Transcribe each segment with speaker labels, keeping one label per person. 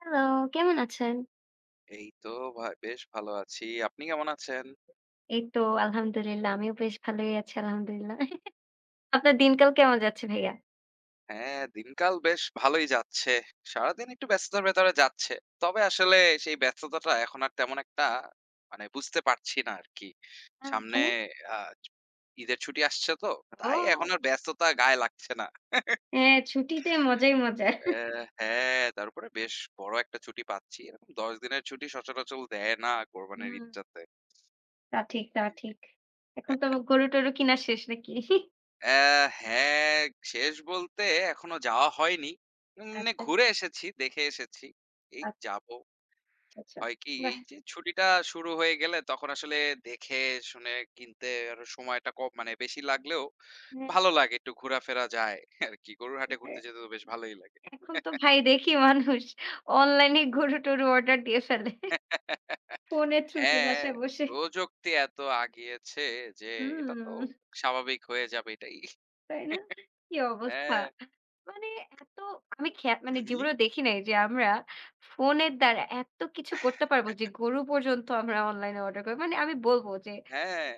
Speaker 1: Hello, কেমন আছেন?
Speaker 2: এই তো ভাই বেশ ভালো আছি। আপনি কেমন আছেন?
Speaker 1: এই তো আলহামদুলিল্লাহ। আমিও বেশ ভালোই আছি আলহামদুলিল্লাহ। আপনার দিনকাল কেমন যাচ্ছে ভাইয়া?
Speaker 2: হ্যাঁ, দিনকাল বেশ ভালোই যাচ্ছে। সারাদিন একটু ব্যস্ততার ভেতরে যাচ্ছে। তবে আসলে সেই ব্যস্ততাটা এখন আর তেমন একটা মানে বুঝতে পারছি না আরকি। সামনে
Speaker 1: কেন?
Speaker 2: আ ঈদের ছুটি আসছে তো। তাই এখন
Speaker 1: ও!
Speaker 2: আর ব্যস্ততা গায়ে লাগছে না।
Speaker 1: হ্যাঁ, ছুটিতে মজাই মজা।
Speaker 2: অ্যা হ্যাঁ, তারপরে বেশ বড় একটা ছুটি পাচ্ছি। এরকম ১০ দিনের ছুটি সচরাচর দেয় না কোরবানির
Speaker 1: হুম,
Speaker 2: ঈদটাতে।
Speaker 1: তা ঠিক, তা ঠিক। এখন তো গরু-টরু কিনা শেষ নাকি?
Speaker 2: অ্যা হ্যাঁ, শেষ বলতে এখনো যাওয়া হয়নি। এমনি
Speaker 1: আচ্ছা,
Speaker 2: ঘুরে
Speaker 1: আচ্ছা।
Speaker 2: এসেছি, দেখে এসেছি। এই
Speaker 1: আচ্ছা,
Speaker 2: যাবো।
Speaker 1: আচ্ছা।
Speaker 2: হয় কি
Speaker 1: বাহ!
Speaker 2: এই যে ছুটিটা শুরু হয়ে গেলে তখন আসলে দেখে শুনে কিনতে আরো সময়টা কম মানে বেশি লাগলেও
Speaker 1: হ্যাঁ,
Speaker 2: ভালো লাগে। একটু ঘোরাফেরা যায় আরকি। গরুরহাটে
Speaker 1: হ্যাঁ।
Speaker 2: ঘুরতে যেতে তো বেশ ভালোই লাগে।
Speaker 1: এখন তো ভাই দেখি মানুষ অনলাইনে গরু-টরু অর্ডার দিয়ে ফেলে। ফোনের থ্রুতে
Speaker 2: হ্যাঁ,
Speaker 1: বাসায় বসে।
Speaker 2: প্রযুক্তি এত আগিয়েছে যে এটা তো
Speaker 1: হুম।
Speaker 2: স্বাভাবিক হয়ে যাবে এটাই।
Speaker 1: তাই না? কি অবস্থা!
Speaker 2: হ্যাঁ।
Speaker 1: মানে এত আমি
Speaker 2: হু,
Speaker 1: মানে
Speaker 2: হু।
Speaker 1: জীবনেও দেখি নাই যে আমরা ফোনের দ্বারা এত কিছু করতে পারবো যে গরু পর্যন্ত আমরা অনলাইনে অর্ডার করি। মানে আমি বলব যে
Speaker 2: হ্যাঁ।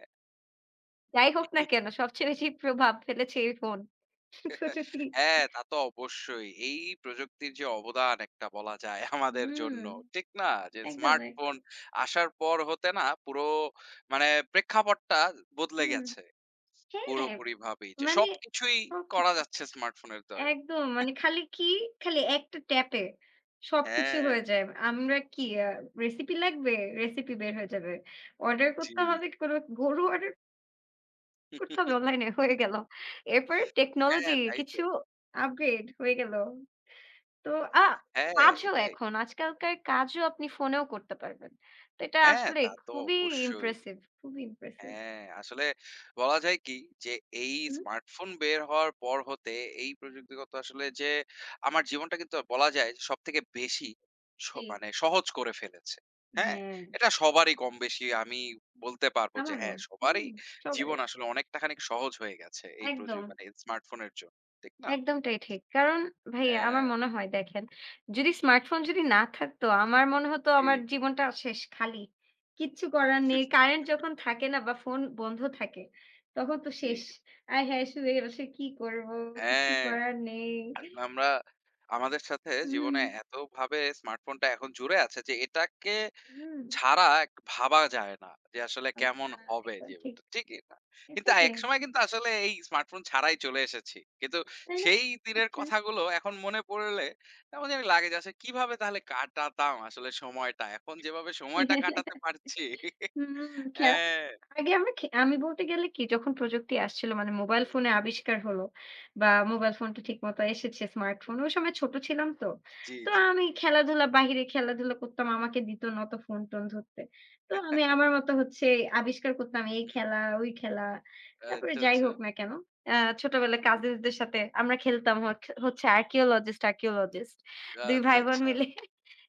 Speaker 1: যাই হোক না কেন সবচেয়ে বেশি প্রভাব ফেলেছে এই ফোন। প্রযুক্তি।
Speaker 2: হ্যাঁ, তা তো অবশ্যই। এই প্রযুক্তির যে অবদান একটা বলা যায় আমাদের
Speaker 1: হুম,
Speaker 2: জন্য। ঠিক না? যে
Speaker 1: একদম,
Speaker 2: স্মার্টফোন
Speaker 1: একদম।
Speaker 2: আসার পর হতে না পুরো মানে প্রেক্ষাপটটা বদলে
Speaker 1: হুম,
Speaker 2: গেছে
Speaker 1: হ্যাঁ,
Speaker 2: পুরোপুরিভাবেই। যে
Speaker 1: মানে
Speaker 2: সবকিছুই
Speaker 1: ওকে
Speaker 2: করা যাচ্ছে স্মার্টফোনের দ্বারা।
Speaker 1: একদম। মানে খালি কি? খালি একটা ট্যাপে সবকিছু
Speaker 2: হ্যাঁ,
Speaker 1: হয়ে যায়। আমরা কি রেসিপি লাগবে? রেসিপি বের হয়ে যাবে। অর্ডার
Speaker 2: জি,
Speaker 1: করতে
Speaker 2: জি।
Speaker 1: হবে কোনো গরু অর্ডার করতে হবে অনলাইনে হয়ে গেল। এরপরে
Speaker 2: হ্যাঁ,
Speaker 1: টেকনোলজি
Speaker 2: তাই তো।
Speaker 1: কিছু আপগ্রেড হয়ে গেল। তো আ
Speaker 2: হ্যাঁ,
Speaker 1: কাজও
Speaker 2: এটাই।
Speaker 1: এখন আজকালকার কাজও আপনি ফোনেও করতে পারবেন। তো এটা
Speaker 2: হ্যাঁ,
Speaker 1: আসলে
Speaker 2: তা তো
Speaker 1: খুবই
Speaker 2: অবশ্যই।
Speaker 1: ইমপ্রেসিভ, খুবই ইমপ্রেসিভ।
Speaker 2: হ্যাঁ, আসলে বলা যায় কি যে এই
Speaker 1: হুম?
Speaker 2: স্মার্টফোন বের হওয়ার পর হতে এই প্রযুক্তিগত আসলে যে আমার জীবনটা কিন্তু বলা যায় সবথেকে বেশি স
Speaker 1: জি।
Speaker 2: মানে সহজ করে ফেলেছে। হ্যাঁ?
Speaker 1: হ্যাঁ,
Speaker 2: এটা সবারই কম বেশি আমি বলতে পারবো যে
Speaker 1: আমারও।
Speaker 2: হ্যাঁ, সবারই
Speaker 1: হুম, সবারই।
Speaker 2: জীবন আসলে অনেকটা খানিক সহজ হয়ে গেছে এই প্রযু
Speaker 1: একদম।
Speaker 2: মানে স্মার্টফোনের জন্য। ঠিক না?
Speaker 1: একদমটাই ঠিক। কারণ ভাইয়া
Speaker 2: হ্যাঁ।
Speaker 1: আমার মনে হয় দেখেন, যদি স্মার্টফোন যদি না থাকতো আমার মনে হতো
Speaker 2: জি,
Speaker 1: আমার
Speaker 2: জি।
Speaker 1: জীবনটা শেষ খালি। কিচ্ছু করার নেই। কারেন্ট যখন থাকে না বা ফোন বন্ধ থাকে, তখন তো
Speaker 2: জি,
Speaker 1: শেষ। আয় হায়! শুয়ে বসে কি করব? কিচ্ছু
Speaker 2: হ্যাঁ।
Speaker 1: করার নেই।
Speaker 2: আসলে আমরা আমাদের সাথে
Speaker 1: হুম,
Speaker 2: জীবনে এতভাবে স্মার্টফোনটা এখন জুড়ে আছে যে এটাকে
Speaker 1: হুম।
Speaker 2: ছাড়া এক ভাবা যায় না যে আসলে কেমন
Speaker 1: আল্লাহ!
Speaker 2: হবে
Speaker 1: একদম ঠিক।
Speaker 2: জীবনটা। ঠিকই না।
Speaker 1: এটা
Speaker 2: কিন্তু
Speaker 1: ঠিক,
Speaker 2: একসময় কিন্তু আসলে এই স্মার্টফোন ছাড়াই চলে এসেছি। কিন্তু
Speaker 1: তাই না?
Speaker 2: সেই দিনের
Speaker 1: আচ্ছা।
Speaker 2: কথাগুলো এখন মনে পড়লে কেমন জানি লাগে যে আসলে কিভাবে তাহলে কাটাতাম আসলে সময়টা। এখন যেভাবে সময়টা কাটাতে পারছি
Speaker 1: হুম, খেলা
Speaker 2: হ্যাঁ।
Speaker 1: আগে আমরা আমি বলতে গেলে কি যখন প্রযুক্তি আসছিল মানে
Speaker 2: হুম,
Speaker 1: মোবাইল
Speaker 2: হুম, হুম।
Speaker 1: ফোনের আবিষ্কার হলো বা মোবাইল ফোনটা ঠিকমতো এসেছে স্মার্টফোন। ওই সময় ছোট ছিলাম তো।
Speaker 2: জি,
Speaker 1: তো
Speaker 2: জি।
Speaker 1: আমি খেলাধুলা বাহিরে খেলাধুলা করতাম। আমাকে দিত না অত ফোন-টোন ধরতে। তো আমি আমার মতো হচ্ছে আবিষ্কার করতাম
Speaker 2: হুম,
Speaker 1: এই
Speaker 2: হুম।
Speaker 1: খেলা, ওই খেলা। তারপরে
Speaker 2: আচ্ছা,
Speaker 1: যাই
Speaker 2: আচ্ছা।
Speaker 1: হোক না কেন? আ ছোটবেলায়
Speaker 2: হুম, হুম।
Speaker 1: কাজিনসদের সাথে আমরা খেলতাম হচ্ছে হচ্ছে archaeologist, archaeologist ২
Speaker 2: আচ্ছা,
Speaker 1: ভাই বোন
Speaker 2: আচ্ছা।
Speaker 1: মিলে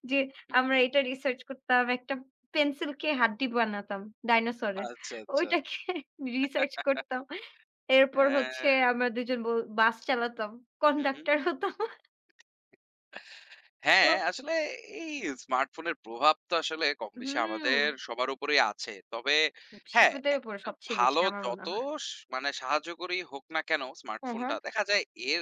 Speaker 1: যে
Speaker 2: হুম,
Speaker 1: আমরা
Speaker 2: হুম।
Speaker 1: এটা রিসার্চ করতাম। একটা পেন্সিলকে হাড্ডি বানাতাম ডাইনোসরের।
Speaker 2: আচ্ছা, আচ্ছা।
Speaker 1: ওইটাকে রিসার্চ করতাম। এরপর হচ্ছে
Speaker 2: হ্যাঁ।
Speaker 1: আমরা ২ জন বল বাস চালাতাম।
Speaker 2: হুম, হুম।
Speaker 1: কন্ডাক্টর হতাম। তো
Speaker 2: হ্যাঁ, আসলে এই স্মার্টফোনের প্রভাব তো আসলে কমবেশি
Speaker 1: হুম,
Speaker 2: আমাদের সবার উপরেই আছে। তবে হ্যাঁ,
Speaker 1: শিশুদের উপর
Speaker 2: একটা
Speaker 1: সবচেয়ে বেশি
Speaker 2: ভালো
Speaker 1: আমার মনে
Speaker 2: যত
Speaker 1: হয়।
Speaker 2: স মানে সাহায্যকরী হোক না কেন
Speaker 1: হ্যাঁ, হ্যাঁ।
Speaker 2: স্মার্টফোনটা, দেখা যায় এর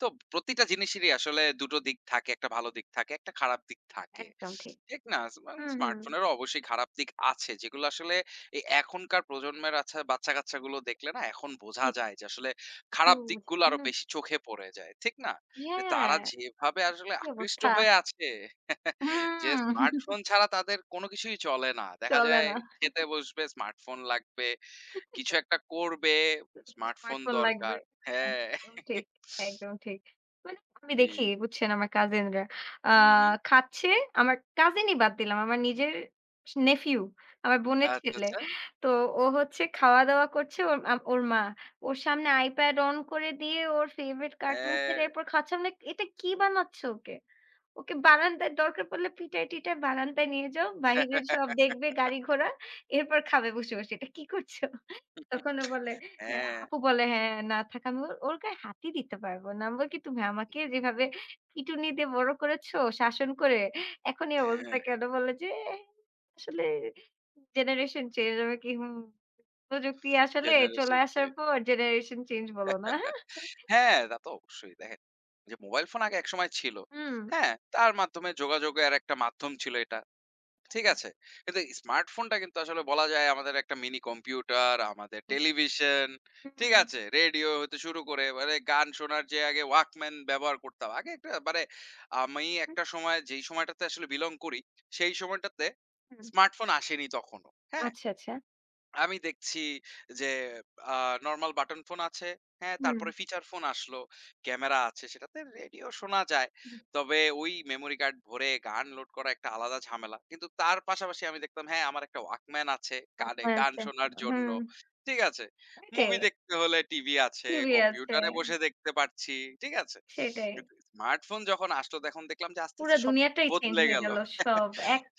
Speaker 2: তো প্রতিটা জিনিসেরই আসলে ২ টো দিক থাকে। একটা ভালো দিক থাকে, একটা খারাপ দিক থাকে।
Speaker 1: একদম ঠিক।
Speaker 2: ঠিক না? এবং
Speaker 1: হুম, হুম।
Speaker 2: স্মার্টফোনেরও অবশ্যই খারাপ দিক আছে। যেগুলো আসলে এই এখনকার প্রজন্মের আচ্ছা বাচ্চা-কাচ্চাগুলো দেখলে না এখন বোঝা যায় যে আসলে
Speaker 1: একটু
Speaker 2: খারাপ দিকগুলো আরো
Speaker 1: হুম,
Speaker 2: বেশি চোখে পড়ে যায়। ঠিক না? যে তারা
Speaker 1: হ্যাঁ,
Speaker 2: যেভাবে আসলে
Speaker 1: কি
Speaker 2: আকৃষ্ট
Speaker 1: অবস্থা?
Speaker 2: হয়ে আছে যে
Speaker 1: হুম,
Speaker 2: স্মার্টফোন ছাড়া তাদের কোনো কিছুই চলে না। দেখা
Speaker 1: চলে
Speaker 2: যায়
Speaker 1: না।
Speaker 2: খেতে বসবে স্মার্টফোন লাগবে, কিছু একটা করবে স্মার্টফোন
Speaker 1: স্মার্টফোন লাগবে।
Speaker 2: দরকার। হ্যাঁ।
Speaker 1: একদম ঠিক, একদম ঠিক। মানে আমি
Speaker 2: জি,
Speaker 1: দেখি
Speaker 2: জি।
Speaker 1: বুঝছেন আমার কাজিনরা আ
Speaker 2: হুম, হুম।
Speaker 1: খাচ্ছে আমার কাজিনই বাদ দিলাম। আমার নিজের নেফিউ, আমার বোনের
Speaker 2: আচ্ছা,
Speaker 1: ছেলে।
Speaker 2: আচ্ছা।
Speaker 1: তো ও হচ্ছে খাওয়া-দাওয়া করছে ওর ওর মা। ওর সামনে iPad অন করে দিয়ে ওর ফেভারিট কার্টুন
Speaker 2: হ্যাঁ।
Speaker 1: ছেড়ে এরপর খাচ্ছে। আমি লাইক এটা কি বানাচ্ছ ওকে? ওকে বারান্দায় দরকার পড়লে পিটায়-টিটায় বারান্দায় নিয়ে যাও। বাহিরের সব দেখবে গাড়ি ঘোড়া। এরপর খাবে বসে, বসে। এটা কি করছো? তখন ও বলে এ
Speaker 2: হ্যাঁ,
Speaker 1: আপু বলে, "হ্যাঁ, না থাক আমি ওর ওর গায়ে হাতই দিতে পারব না।" আমি বলি কি, "তুমি আমাকে যেভাবে পিটুনি দিয়ে বড় করেছো, শাসন করে, এখন এই
Speaker 2: হ্যাঁ,
Speaker 1: অবস্থা কেন?" বলে যে, "আসলে জেনারেশন চেঞ্জ।" আমি কি, "হুম, প্রযুক্তি আসলে চলে
Speaker 2: জেনারেশন
Speaker 1: আসার
Speaker 2: চেঞ্জ।
Speaker 1: পর জেনারেশন চেঞ্জ বলো না।"
Speaker 2: হ্যাঁ, তা তো অবশ্যই। দেখেন যে মোবাইল ফোন আগে একসময় ছিল।
Speaker 1: হুম।
Speaker 2: হ্যাঁ? তার মাধ্যমে যোগাযোগের একটা মাধ্যম ছিল এটা। ঠিক আছে। কিন্তু স্মার্টফোনটা কিন্তু আসলে বলা যায় আমাদের একটা মিনি কম্পিউটার, আমাদের টেলিভিশন, ঠিক
Speaker 1: হুম,
Speaker 2: আছে? রেডিও হতে শুরু করে মানে গান শোনার যে আগে ওয়াকম্যান ব্যবহার করতাম। আগে একটা মানে আমি
Speaker 1: হুম,
Speaker 2: একটা সময় যেই সময়টাতে আসলে বিলং করি, সেই সময়টাতে
Speaker 1: হুম।
Speaker 2: স্মার্টফোন আসেনি তখনো। হ্যাঁ?
Speaker 1: আচ্ছা, আচ্ছা।
Speaker 2: আমি দেখছি যে আ নরমাল বাটন ফোন আছে, হ্যাঁ?
Speaker 1: হুম,
Speaker 2: তারপরে ফিচার ফোন আসলো, ক্যামেরা আছে, সেটাতে রেডিও শোনা যায়।
Speaker 1: হুম।
Speaker 2: তবে ওই মেমোরি কার্ড ভরে গান লোড করা একটা আলাদা ঝামেলা। কিন্তু তার পাশাপাশি আমি দেখতাম হ্যাঁ, আমার একটা ওয়াকম্যান আছে কানে
Speaker 1: আচ্ছা,
Speaker 2: গান
Speaker 1: আচ্ছা।
Speaker 2: শোনার জন্য।
Speaker 1: হুম,
Speaker 2: ঠিক আছে?
Speaker 1: ওইটাই।
Speaker 2: মুভি দেখতে হলে টিভি আছে,
Speaker 1: টিভি আছে।
Speaker 2: কম্পিউটারে বসে দেখতে পারছি। ঠিক আছে?
Speaker 1: সেটাই।
Speaker 2: কিন্তু স্মার্টফোন যখন আসলো তখন দেখলাম যে আস্তে,
Speaker 1: পুরা
Speaker 2: আস্তে সব
Speaker 1: দুনিয়াটাই চেঞ্জ
Speaker 2: বদলে
Speaker 1: হয়ে
Speaker 2: গেল।
Speaker 1: গেল সব,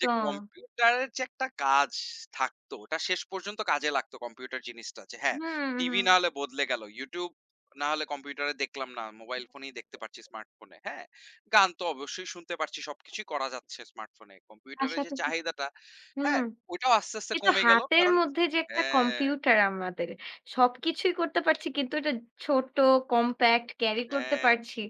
Speaker 2: যে কম্পিউটারের যে একটা কাজ থাকতো, ওটা শেষ পর্যন্ত কাজে লাগতো কম্পিউটার জিনিসটা। যে হ্যাঁ,
Speaker 1: হুম,
Speaker 2: টিভি
Speaker 1: হুম।
Speaker 2: না হলে বদলে গেল। YouTube না হলে কম্পিউটারে দেখলাম না। মোবাইল ফোনেই দেখতে পারছি স্মার্টফোনে। হ্যাঁ? গান তো অবশ্যই শুনতে পারছি। সবকিছুই করা যাচ্ছে স্মার্টফোনে।
Speaker 1: তার
Speaker 2: কম্পিউটারের যে
Speaker 1: সাথে, সাথে
Speaker 2: চাহিদাটা, হ্যাঁ?
Speaker 1: হুম।
Speaker 2: ওইটাও আস্তে, আস্তে
Speaker 1: কিন্তু
Speaker 2: কমে গেল।
Speaker 1: হাতের
Speaker 2: কারণ
Speaker 1: মধ্যে যে একটা
Speaker 2: হ্যাঁ,
Speaker 1: কম্পিউটার আমাদের, সবকিছুই করতে পারছি কিন্তু এটা ছোট, কম্প্যাক্ট, ক্যারি করতে
Speaker 2: হ্যাঁ।
Speaker 1: পারছি।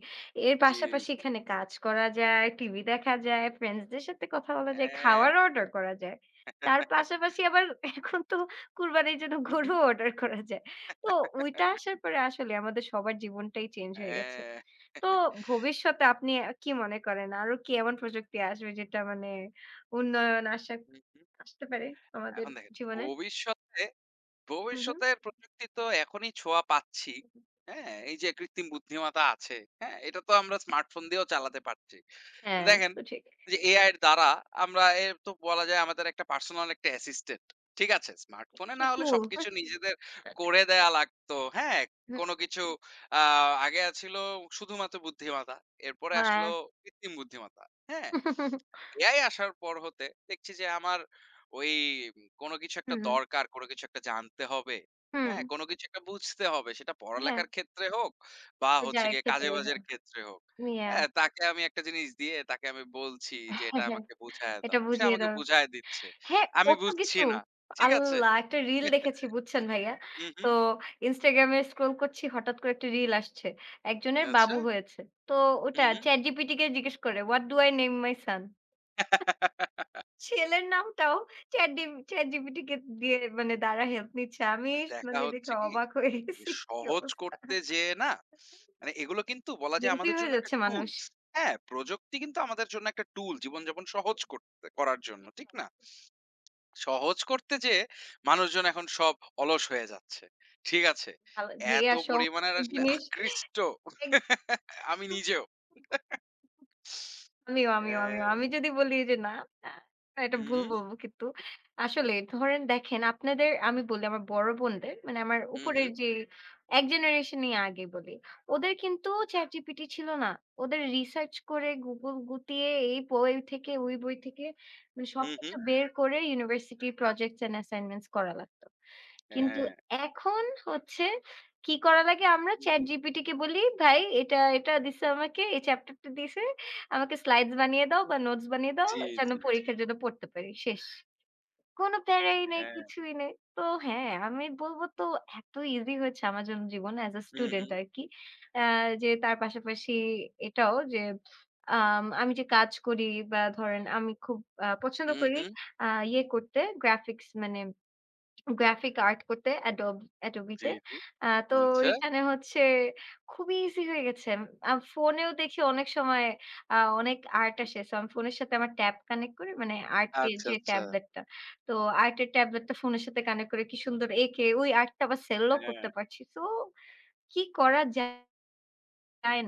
Speaker 1: এর
Speaker 2: জি,
Speaker 1: পাশাপাশি
Speaker 2: জি।
Speaker 1: এখানে কাজ করা যায়, টিভি দেখা যায়, ফ্রেন্ডসদের সাথে কথা বলা যায়,
Speaker 2: হ্যাঁ,
Speaker 1: খাওয়ার অর্ডার
Speaker 2: একদম।
Speaker 1: করা যায়। তার পাশাপাশি আবার এখন তো কুরবানির জন্য
Speaker 2: হু, হু।
Speaker 1: গরুও অর্ডার করা যায়। তো ওইটা আসার পরে আসলে আমাদের সবার জীবনটাই চেঞ্জ হয়ে গেছে।
Speaker 2: হ্যাঁ।
Speaker 1: তো ভবিষ্যতে আপনি কি মনে করেন? আরো কি এমন প্রযুক্তি আসবে যেটা মানে উন্নয়ন আশা
Speaker 2: হু, হু।
Speaker 1: আসতে পারে আমাদের
Speaker 2: এখন দেখেন
Speaker 1: জীবনে।
Speaker 2: ভবিষ্যতে
Speaker 1: হুম, হুম।
Speaker 2: ভবিষ্যতের প্রযুক্তি তো এখনই ছোঁয়া পাচ্ছি। হ্যাঁ? এই যে কৃত্রিম বুদ্ধিমত্তা আছে, হ্যাঁ? এটা তো আমরা স্মার্টফোন দিয়েও চালাতে পারছি।
Speaker 1: হ্যাঁ, তা
Speaker 2: দেখেন
Speaker 1: তো ঠিক।
Speaker 2: যে এআই এর দ্বারা আমরা এর তো বলা যায় আমাদের একটা পার্সোনাল একটা অ্যাসিস্ট্যান্ট। ঠিক আছে? স্মার্টফোনে
Speaker 1: কি
Speaker 2: না হলে
Speaker 1: কুল।
Speaker 2: সবকিছু নিজেদের করে দেয়া লাগতো। হ্যাঁ?
Speaker 1: হুম,
Speaker 2: কোনো কিছু আ আগে ছিল শুধুমাত্র বুদ্ধিমত্তা। এরপরে
Speaker 1: হ্যাঁ।
Speaker 2: আসলো কৃত্রিম বুদ্ধিমত্তা। হ্যাঁ? এআই আসার পর হতে দেখছি যে আমার ওই কোনো কিছু একটা
Speaker 1: হুম,
Speaker 2: দরকার, কোনো কিছু একটা জানতে হবে।
Speaker 1: হুম।
Speaker 2: হ্যাঁ? কোনো কিছু একটা বুঝতে হবে। সেটা
Speaker 1: হ্যাঁ,
Speaker 2: পড়ালেখার ক্ষেত্রে হোক বা হচ্ছে
Speaker 1: যায়
Speaker 2: গিয়ে
Speaker 1: খেতে
Speaker 2: কাজে-বাজের ক্ষেত্রে হোক।
Speaker 1: ইয়া
Speaker 2: হ্যাঁ? তাকে আমি একটা জিনিস দিয়ে তাকে আমি বলছি যে, "এটা আমাকে বুঝায়া
Speaker 1: এটা
Speaker 2: দাও।" সে
Speaker 1: বুঝিয়ে
Speaker 2: আমাকে
Speaker 1: দাও।
Speaker 2: বুঝায় দিচ্ছে।
Speaker 1: হ্যাঁ,
Speaker 2: আমি
Speaker 1: কত
Speaker 2: বুঝছি
Speaker 1: কিছু।
Speaker 2: না। ঠিক আছে?
Speaker 1: আল্লাহ! একটা রিল দেখেছি বুঝছেন ভাইয়া।
Speaker 2: হু, হু।
Speaker 1: তো Instagram এ স্ক্রল করছি হঠাৎ করে একটা রিল আসছে। একজনের
Speaker 2: আচ্ছা।
Speaker 1: বাবু হয়েছে। তো
Speaker 2: হু,
Speaker 1: ওটা
Speaker 2: হু।
Speaker 1: ChatGPT কে জিজ্ঞেস করে, "What do I name my son?" ছেলের নামটাও চ্যাটজিপিটি কে দিয়ে মানে দ্বারা হেল্প নিচ্ছে। আমি
Speaker 2: দেখা
Speaker 1: মানে দেখে
Speaker 2: হচ্ছে কি
Speaker 1: অবাক হয়ে গেছি। কি
Speaker 2: সহজ
Speaker 1: অবস্থা!
Speaker 2: করতে যেয়ে না, মানে এগুলো কিন্তু বলা যায়
Speaker 1: lazy
Speaker 2: আমাদের
Speaker 1: হয়ে
Speaker 2: জন্য একটা
Speaker 1: যাচ্ছে মানুষ।
Speaker 2: টুলস। হ্যাঁ, প্রযুক্তি কিন্তু আমাদের জন্য একটা টুল জীবনযাপন সহজ করতে করার জন্য, ঠিক না? সহজ করতে যেয়ে মানুষজন এখন সব অলস হয়ে যাচ্ছে। ঠিক আছে?
Speaker 1: ভালো ঘেয়ে
Speaker 2: এত
Speaker 1: আর
Speaker 2: পরিমাণের
Speaker 1: সহজ
Speaker 2: আসলে
Speaker 1: জিনিস
Speaker 2: আকৃষ্ট আমি
Speaker 1: একদম
Speaker 2: নিজেও।
Speaker 1: আমিও।
Speaker 2: হ্যাঁ,
Speaker 1: আমি যদি বলি যে না, আ এটা
Speaker 2: হু,
Speaker 1: ভুল
Speaker 2: হু,
Speaker 1: বলব কিন্তু আসলে ধরেন দেখেন আপনাদের আমি বলি আমার বড় বোনদের মানে আমার
Speaker 2: হু, হু,
Speaker 1: উপরের যে এক জেনারেশন ই আগে বলি। ওদের কিন্তু ChatGPT ছিল না। ওদের রিসার্চ করে Google গুতিয়ে এই বই থেকে ওই বই থেকে মানে
Speaker 2: হু, হু,
Speaker 1: সবকিছু বের করে ইউনিভার্সিটি প্রজেক্টস অ্যান্ড অ্যাসাইনমেন্টস করা লাগতো। কিন্তু
Speaker 2: হ্যাঁ,
Speaker 1: এখন হচ্ছে কি করা লাগে আমরা
Speaker 2: হু, হু,
Speaker 1: ChatGPT কে বলি, "ভাই এটা, এটা দিছে আমাকে, এই চ্যাপ্টারটা দিছে।" আমাকে স্লাইডস বানিয়ে দাও বা নোটস বানিয়ে দাও
Speaker 2: জি,
Speaker 1: যেন
Speaker 2: জি, জি,
Speaker 1: পরীক্ষার জন্য পড়তে পারি। শেষ। কোনো প্যারাই নেই,
Speaker 2: হ্যাঁ,
Speaker 1: কিছুই নেই। তো হ্যাঁ, আমি বলব তো এত ইজি হয়েছে আমার জন্য জীবন as a
Speaker 2: who, who,
Speaker 1: student আরকি। আ যে তার পাশাপাশি এটাও যে আমি যে কাজ করি বা ধরেন আমি খুব পছন্দ
Speaker 2: হু,
Speaker 1: করি
Speaker 2: হু,
Speaker 1: ইয়ে করতে গ্রাফিক্স মানে গ্রাফিক আর্ট করতে Adobe
Speaker 2: জি,
Speaker 1: তে।
Speaker 2: জি,
Speaker 1: তো
Speaker 2: আচ্ছা,
Speaker 1: এখানে হচ্ছে খুবই ইজি হয়ে গেছে। ফোনেও দেখি অনেক সময় আ অনেক আর্ট আসে। সো আমি ফোনের সাথে আমার ট্যাব কানেক্ট করে মানে আর্টের
Speaker 2: আচ্ছা,
Speaker 1: যে
Speaker 2: আচ্ছা,
Speaker 1: ট্যাবলেটটা, তো আর্টের ট্যাবলেটটা ফোনের সাথে কানেক্ট করে কি সুন্দর এঁকে ওই আর্টটা আবার সেলও
Speaker 2: হ্যাঁ।
Speaker 1: করতে পারছি। সো কি করা যায়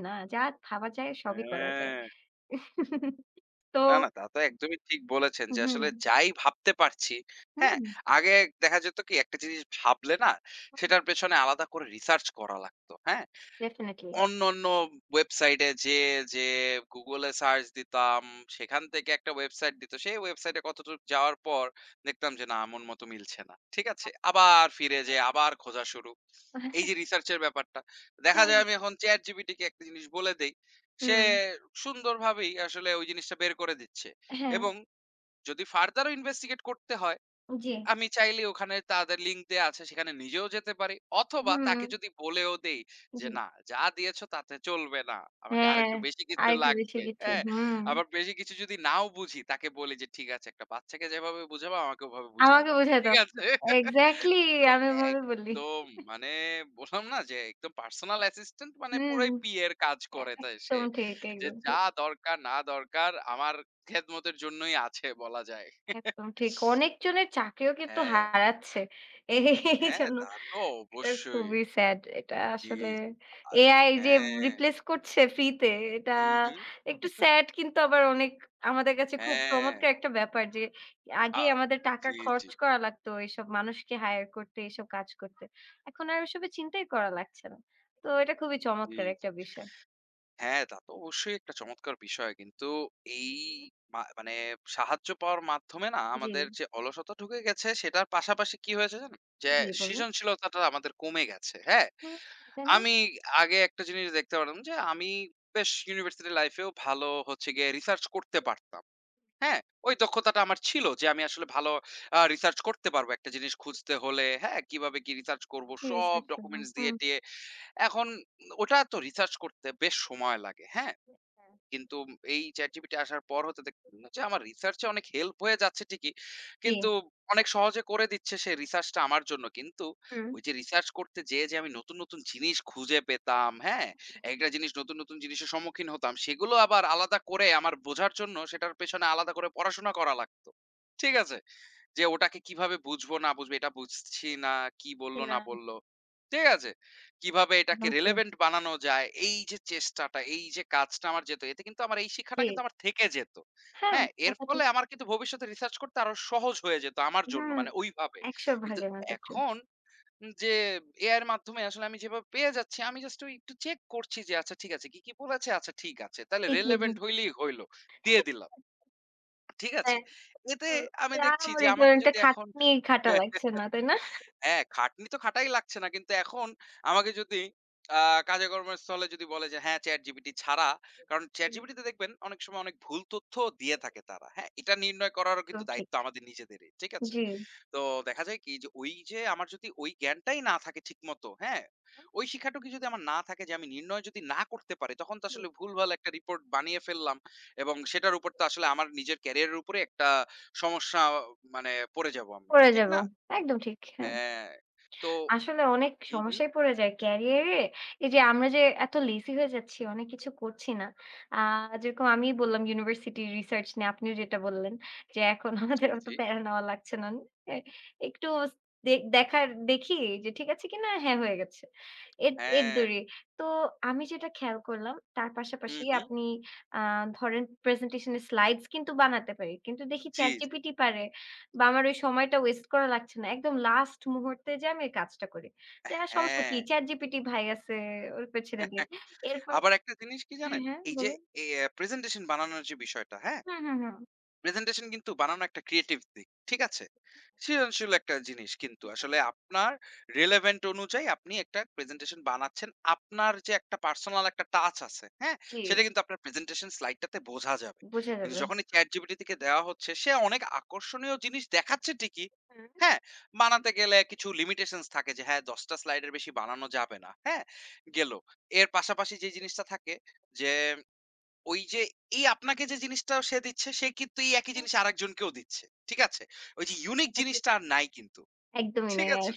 Speaker 1: না? যা ভাবা যায় সবই করা যায়।
Speaker 2: হ্যাঁ।
Speaker 1: তো
Speaker 2: না, না তা তো একদমই ঠিক বলেছেন
Speaker 1: হুম,
Speaker 2: যে আসলে
Speaker 1: হুম,
Speaker 2: যাই ভাবতে পারছি, হ্যাঁ?
Speaker 1: হুম,
Speaker 2: আগে দেখা যেত কি একটা জিনিস ভাবলে না সেটার পেছনে আলাদা করে রিসার্চ করা লাগতো। হ্যাঁ?
Speaker 1: ডেফিনিটলি।
Speaker 2: অন্যান্য ওয়েবসাইটে যেয়ে, যে Google এ সার্চ দিতাম, সেখান থেকে একটা ওয়েবসাইট দিত। সেই ওয়েবসাইটে কতটুক যাওয়ার পর দেখতাম যে, না মন মতো মিলছে না। ঠিক আছে? আবার ফিরে যেয়ে আবার খোঁজা শুরু। এই যে রিসার্চ এর ব্যাপারটা। দেখা
Speaker 1: হ্যাঁ,
Speaker 2: যায় আমি এখন ChatGPT কে একটা জিনিস বলে দেই। সে
Speaker 1: হুম,
Speaker 2: সুন্দরভাবেই আসলে ওই জিনিসটা বের করে দিচ্ছে।
Speaker 1: হ্যাঁ,
Speaker 2: এবং যদি ফার্দারও ইনভেস্টিগেট করতে হয়
Speaker 1: জি।
Speaker 2: আমি চাইলে ওখানে তাদের লিঙ্ক দেয়া আছে সেখানে নিজেও যেতে পারি। অথবা
Speaker 1: হুম,
Speaker 2: তাকে যদি বলেও দেই যে,
Speaker 1: জি।
Speaker 2: "না, যা দিয়েছো তাতে চলবে না। আমাকে
Speaker 1: হ্যাঁ,
Speaker 2: আরেকটু বেশি কিছু
Speaker 1: আরেকটু বেশি
Speaker 2: লাগবে।"
Speaker 1: কিছু।
Speaker 2: হ্যাঁ?
Speaker 1: হুম,
Speaker 2: আবার বেশি কিছু যদি নাও বুঝি তাকে বলি যে, "ঠিক আছে একটা বাচ্চাকে যেভাবে বুঝাবা আমাকে ওভাবে বুঝায়
Speaker 1: আমাকে
Speaker 2: দাও।"
Speaker 1: বুঝায়
Speaker 2: ঠিক
Speaker 1: দাও।
Speaker 2: আছে?
Speaker 1: এক্সাক্টলি
Speaker 2: তো
Speaker 1: আমি ওভাবে বলি।
Speaker 2: একদম মানে বললাম না যে একদম পার্সোনাল অ্যাসিস্ট্যান্ট মানে
Speaker 1: হুম,
Speaker 2: পুরাই পিএ এর কাজ করে তাই সে।
Speaker 1: একদম ঠিক,
Speaker 2: যে
Speaker 1: একদম
Speaker 2: যা
Speaker 1: ঠিক,
Speaker 2: দরকার না দরকার আমার খেদমতের জন্যই আছে বলা যায়।
Speaker 1: একদম ঠিক। অনেকজনের চাকরিও কিন্তু
Speaker 2: হ্যাঁ।
Speaker 1: হারাচ্ছে এই
Speaker 2: হ্যাঁ,
Speaker 1: জন্য।
Speaker 2: তা তো
Speaker 1: এটা
Speaker 2: অবশ্যই।
Speaker 1: খুবই স্যাড। এটা
Speaker 2: জি,
Speaker 1: আসলে
Speaker 2: জি। আ
Speaker 1: এআই যে
Speaker 2: হ্যাঁ,
Speaker 1: রিপ্লেস করছে ফ্রি তে এটা
Speaker 2: হুম, হুম।
Speaker 1: একটু স্যাড কিন্তু আবার অনেক আমাদের কাছে খুব
Speaker 2: হ্যাঁ,
Speaker 1: চমৎকার একটা ব্যাপার যে আগে
Speaker 2: আ
Speaker 1: আমাদের টাকা
Speaker 2: জি, জি,
Speaker 1: খরচ করা লাগতো এইসব মানুষকে হায়ার করতে, এইসব কাজ করতে। এখন আর ওসবের চিন্তাই করা লাগছে না। তো এটা খুবই
Speaker 2: জি,
Speaker 1: চমৎকার একটা
Speaker 2: জি।
Speaker 1: বিষয়।
Speaker 2: হ্যাঁ, তা তো অবশ্যই একটা চমৎকার বিষয়। কিন্তু এই
Speaker 1: হুম।
Speaker 2: মানে সাহায্য পাওয়ার মাধ্যমে না
Speaker 1: জি,
Speaker 2: আমাদের যে অলসতা ঢুকে গেছে সেটার পাশাপাশি কি হয়েছে জানেন? যে
Speaker 1: জি বলুন।
Speaker 2: সৃজনশীলতাটা আমাদের কমে গেছে। হ্যাঁ?
Speaker 1: হ্যাঁ, তাই না?
Speaker 2: আমি আগে একটা জিনিস দেখতে পারতাম যে আমি বেশ ইউনিভার্সিটি লাইফেও ভালো হচ্ছে গিয়ে রিসার্চ করতে পারতাম। হ্যাঁ, ওই দক্ষতাটা আমার ছিল যে আমি আসলে ভালো রিসার্চ করতে পারবো একটা জিনিস খুঁজতে হলে, হ্যাঁ? কিভাবে কি রিসার্চ করব
Speaker 1: কি
Speaker 2: সব
Speaker 1: রিসার্চ করব?
Speaker 2: ডকুমেন্টস
Speaker 1: হুম।
Speaker 2: দিয়ে-টিয়ে। এখন ওটা তো রিসার্চ করতে বেশ সময় লাগে, হ্যাঁ?
Speaker 1: হ্যাঁ।
Speaker 2: কিন্তু এই ChatGPT আসার পর হতে দেখলাম যে আমার রিসার্চ এ অনেক হেল্প হয়ে যাচ্ছে ঠিকই।
Speaker 1: জি।
Speaker 2: কিন্তু অনেক সহজে করে দিচ্ছে সে রিসার্চটা আমার জন্য। কিন্তু
Speaker 1: হুম।
Speaker 2: ওই যে রিসার্চ করতে যেয়ে যে আমি নতুন, নতুন জিনিস খুঁজে পেতাম, হ্যাঁ? একটা জিনিস নতুন, নতুন জিনিসের সম্মুখীন হতাম। সেগুলো আবার আলাদা করে আমার বোঝার জন্য সেটার পেছনে আলাদা করে পড়াশোনা করা লাগতো। ঠিক আছে? যে ওটাকে কিভাবে বুঝবো না বুঝবো এটা বুঝছি না, কি
Speaker 1: জি,
Speaker 2: বললো
Speaker 1: না
Speaker 2: না বললো। ঠিক আছে? কিভাবে এটাকে
Speaker 1: একদম ঠিক।
Speaker 2: relevant বানানো যায়, এই যে চেষ্টাটা, এই যে কাজটা আমার যেত, এতে কিন্তু আমার এই
Speaker 1: জি।
Speaker 2: শিক্ষাটা কিন্তু আমার থেকে যেত।
Speaker 1: হ্যাঁ,
Speaker 2: হ্যাঁ?
Speaker 1: তা
Speaker 2: এর
Speaker 1: তো
Speaker 2: ফলে
Speaker 1: ঠিক।
Speaker 2: আমার কিন্তু ভবিষ্যতে রিসার্চ করতে আরো সহজ হয়ে যেত আমার জন্য,
Speaker 1: হুম।
Speaker 2: মানে ওইভাবে।
Speaker 1: ১০০
Speaker 2: কিন্তু
Speaker 1: ভাগে মাত্র।
Speaker 2: এখন যে এআই এর মাধ্যমে আসলে আমি যেভাবে পেয়ে যাচ্ছি, আমি জাস্ট ওই একটু চেক করছি যে আচ্ছা ঠিক আছে, কি, কি বলেছে? আচ্ছা ঠিক আছে। তাহলে
Speaker 1: ঠিকই হুম।
Speaker 2: relevant হইলেই হইল। দিয়ে দিলাম। ঠিক আছে?
Speaker 1: হ্যাঁ,
Speaker 2: এতে
Speaker 1: তো
Speaker 2: আমি
Speaker 1: তা
Speaker 2: দেখছি
Speaker 1: আমার
Speaker 2: যে
Speaker 1: এই
Speaker 2: আমাকে
Speaker 1: ধরনের
Speaker 2: যদি এখন
Speaker 1: খাটনি খাটা লাগছে না, তাই না?
Speaker 2: হ্যাঁ, খাটনি তো খাটাই লাগছে না। কিন্তু এখন আমাকে যদি আ কাজে-কর্মের স্থলে যদি বলে যে হ্যাঁ, ChatGPT ছাড়া কারণ
Speaker 1: হুম,
Speaker 2: ChatGPT তে দেখবেন অনেক সময় অনেক ভুল তথ্যও দিয়ে থাকে তারা। হ্যাঁ? এটা নির্ণয় করারও কিন্তু
Speaker 1: একদম ঠিক।
Speaker 2: দায়িত্ব আমাদের নিজেদেরই। ঠিক আছে?
Speaker 1: জি।
Speaker 2: তো দেখা যায় কি যে ওই যে আমার যদি ওই জ্ঞানটাই না থাকে ঠিকমতো, হ্যাঁ? ওই শিক্ষাটুকুই যদি আমার না থাকে যে আমি নির্ণয় যদি না করতে পারি তখন তো
Speaker 1: জি,
Speaker 2: আসলে ভুলভাল একটা রিপোর্ট বানিয়ে ফেললাম এবং সেটার উপর তো আসলে আমার নিজের ক্যারিয়ারের উপরে একটা সমস্যা মানে পড়ে যাবো আমি।
Speaker 1: করে
Speaker 2: ঠিক
Speaker 1: যাব।
Speaker 2: না?
Speaker 1: একদম ঠিক। হ্যাঁ।
Speaker 2: হ্যাঁ, তো
Speaker 1: আসলে অনেক
Speaker 2: হুম, হুম।
Speaker 1: সমস্যায় পড়ে যায় ক্যারিয়ারে। এই যে আমরা যে এত লেজি হয়ে যাচ্ছি, অনেক কিছু করছি না। আ যেরকম আমিই বললাম ইউনিভার্সিটি রিসার্চ নিয়ে আপনিও যেটা বললেন যে এখন
Speaker 2: জি,
Speaker 1: আমাদের অত
Speaker 2: জি।
Speaker 1: প্যারা নেওয়া লাগছে না। এ একটু দেখার দেখি যে ঠিক আছে কিনা? হ্যাঁ, হয়ে গেছে। এর এর
Speaker 2: হ্যাঁ।
Speaker 1: দৌড়ে। তো আমি যেটা খেয়াল করলাম তার
Speaker 2: হুম,
Speaker 1: পাশাপাশি
Speaker 2: হুম।
Speaker 1: আপনি আ ধরেন প্রেজেন্টেশন এর স্লাইডস কিন্তু বানাতে পারি। কিন্তু দেখি
Speaker 2: জি, জি।
Speaker 1: ChatGPT পারে। বা আমার ওই সময়টা ওয়েস্ট করা লাগছে না। একদম লাস্ট মুহূর্তে যেয়ে আমি এই কাজটা করি। যে সমস্যা কি?
Speaker 2: হ্যাঁ।
Speaker 1: ChatGPT ভাই আছে, ওর উপর ছেড়ে দেই। এরপর
Speaker 2: আবার একটা জিনিস কি
Speaker 1: হ্যাঁ,
Speaker 2: জানেন?
Speaker 1: হ্যাঁ
Speaker 2: এই যে
Speaker 1: বলুন।
Speaker 2: এ প্রেজেন্টেশন বানানোর যে বিষয়টা, হ্যাঁ?
Speaker 1: হুম, হুম, হুম।
Speaker 2: প্রেজেন্টেশন কিন্তু বানানো একটা ক্রিয়েটিভ দিক। ঠিক আছে? সৃজনশীল একটা জিনিস কিন্তু আসলে আপনার রিলেভেন্ট অনুযায়ী আপনি একটা প্রেজেন্টেশন বানাচ্ছেন। আপনার যে একটা পার্সোনাল একটা টাচ আছে, হ্যাঁ?
Speaker 1: জি,
Speaker 2: সেটা কিন্তু আপনার প্রেজেন্টেশন স্লাইডটাতে বোঝা যাবে।
Speaker 1: বোঝা
Speaker 2: কিন্তু
Speaker 1: যাবে।
Speaker 2: যখন এই ChatGPT থেকে দেওয়া হচ্ছে সে অনেক আকর্ষণীয় জিনিস দেখাচ্ছে ঠিকই,
Speaker 1: হুম।
Speaker 2: হ্যাঁ?
Speaker 1: হুম,
Speaker 2: বানাতে গেলে কিছু লিমিটেশনস থাকে যে হ্যাঁ ১০ টা স্লাইডের বেশি বানানো যাবে না। হ্যাঁ? গেল। এর পাশাপাশি যে জিনিসটা থাকে যে ওই যে এই আপনাকে যে জিনিসটা সে দিচ্ছে সে কিন্তু এই একই
Speaker 1: তা
Speaker 2: জিনিস আরেকজনকেও দিচ্ছে। ঠিক আছে? ওই যে ইউনিক
Speaker 1: তো ঠিক।
Speaker 2: জিনিসটা আর নাই কিন্তু।
Speaker 1: একদমই
Speaker 2: ঠিক
Speaker 1: নাই
Speaker 2: আছে?
Speaker 1: আর।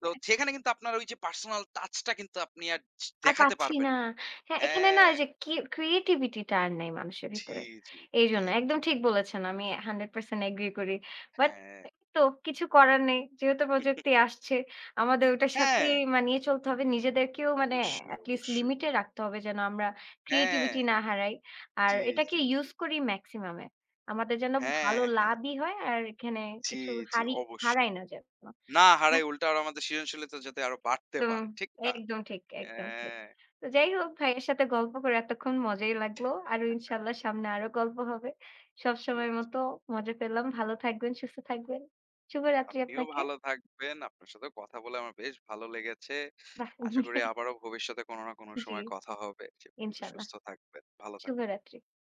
Speaker 2: তো সেখানে কিন্তু আপনার ওই যে পার্সোনাল টাচটা কিন্তু আপনি আর
Speaker 1: আর
Speaker 2: দেখাতে
Speaker 1: পাচ্ছি
Speaker 2: পারবেন
Speaker 1: না।
Speaker 2: না।
Speaker 1: হ্যাঁ, এখানে না ওই
Speaker 2: হ্যাঁ।
Speaker 1: যে কি creativity টা আর নেই মানুষের
Speaker 2: জি,
Speaker 1: ভিতরে।
Speaker 2: জি, জি।
Speaker 1: এইজন্য একদম
Speaker 2: একদম।
Speaker 1: ঠিক বলেছেন। আমি 100% এগ্রি করি। বাট
Speaker 2: হ্যাঁ।
Speaker 1: তো কিছু করার নেই। যেহেতু প্রযুক্তি আসছে, আমাদের ওটার
Speaker 2: হ্যাঁ,
Speaker 1: সাথেই মানিয়ে চলতে হবে। নিজেদেরকেও মানে
Speaker 2: অবশ্যই,
Speaker 1: at least
Speaker 2: অবশ্যই।
Speaker 1: লিমিটে রাখতে হবে যেন আমরা
Speaker 2: হ্যাঁ।
Speaker 1: creativity না হারাই। আর
Speaker 2: জি,
Speaker 1: এটাকে
Speaker 2: জি, জি।
Speaker 1: ইউজ করি maximum এ। আমাদের যেন
Speaker 2: হ্যাঁ,
Speaker 1: ভালো
Speaker 2: হ্যাঁ। হ্যাঁ,
Speaker 1: লাভই হয় আর এখানে
Speaker 2: জি,
Speaker 1: কিছু
Speaker 2: জি,
Speaker 1: হারি হারাই
Speaker 2: অবশ্যই।
Speaker 1: না যেন।
Speaker 2: না হারাই উল্টা আরো আমাদের সৃজনশীলতা যাতে আরো বাড়তে
Speaker 1: একদম,
Speaker 2: পারে। ঠিক না?
Speaker 1: একদম ঠিক।
Speaker 2: হ্যাঁ।
Speaker 1: তো যাই হোক ভাইয়ের সাথে গল্প করে এতক্ষণ মজাই লাগলো। আরো
Speaker 2: হ্যাঁ,
Speaker 1: ইনশাআল্লাহ সামনে আরো গল্প হবে।
Speaker 2: জি,
Speaker 1: সবসময়ের
Speaker 2: জি।
Speaker 1: মতো মজা পেলাম। ভালো থাকবেন, সুস্থ থাকবেন। শুভরাত্রি
Speaker 2: আপনিও
Speaker 1: আপনাকে।
Speaker 2: ভালো থাকবেন। আপনার সাথেও কথা বলে আমার বেশ ভালো লেগেছে।
Speaker 1: বাহ!
Speaker 2: আশা করি আবারও ভবিষ্যতে কোনো না কোনো
Speaker 1: জি,
Speaker 2: সময় কথা হবে। সে পর্যন্ত
Speaker 1: ইনশাআল্লাহ।
Speaker 2: সুস্থ থাকবেন, ভালো থাকবেন।
Speaker 1: শুভরাত্রি।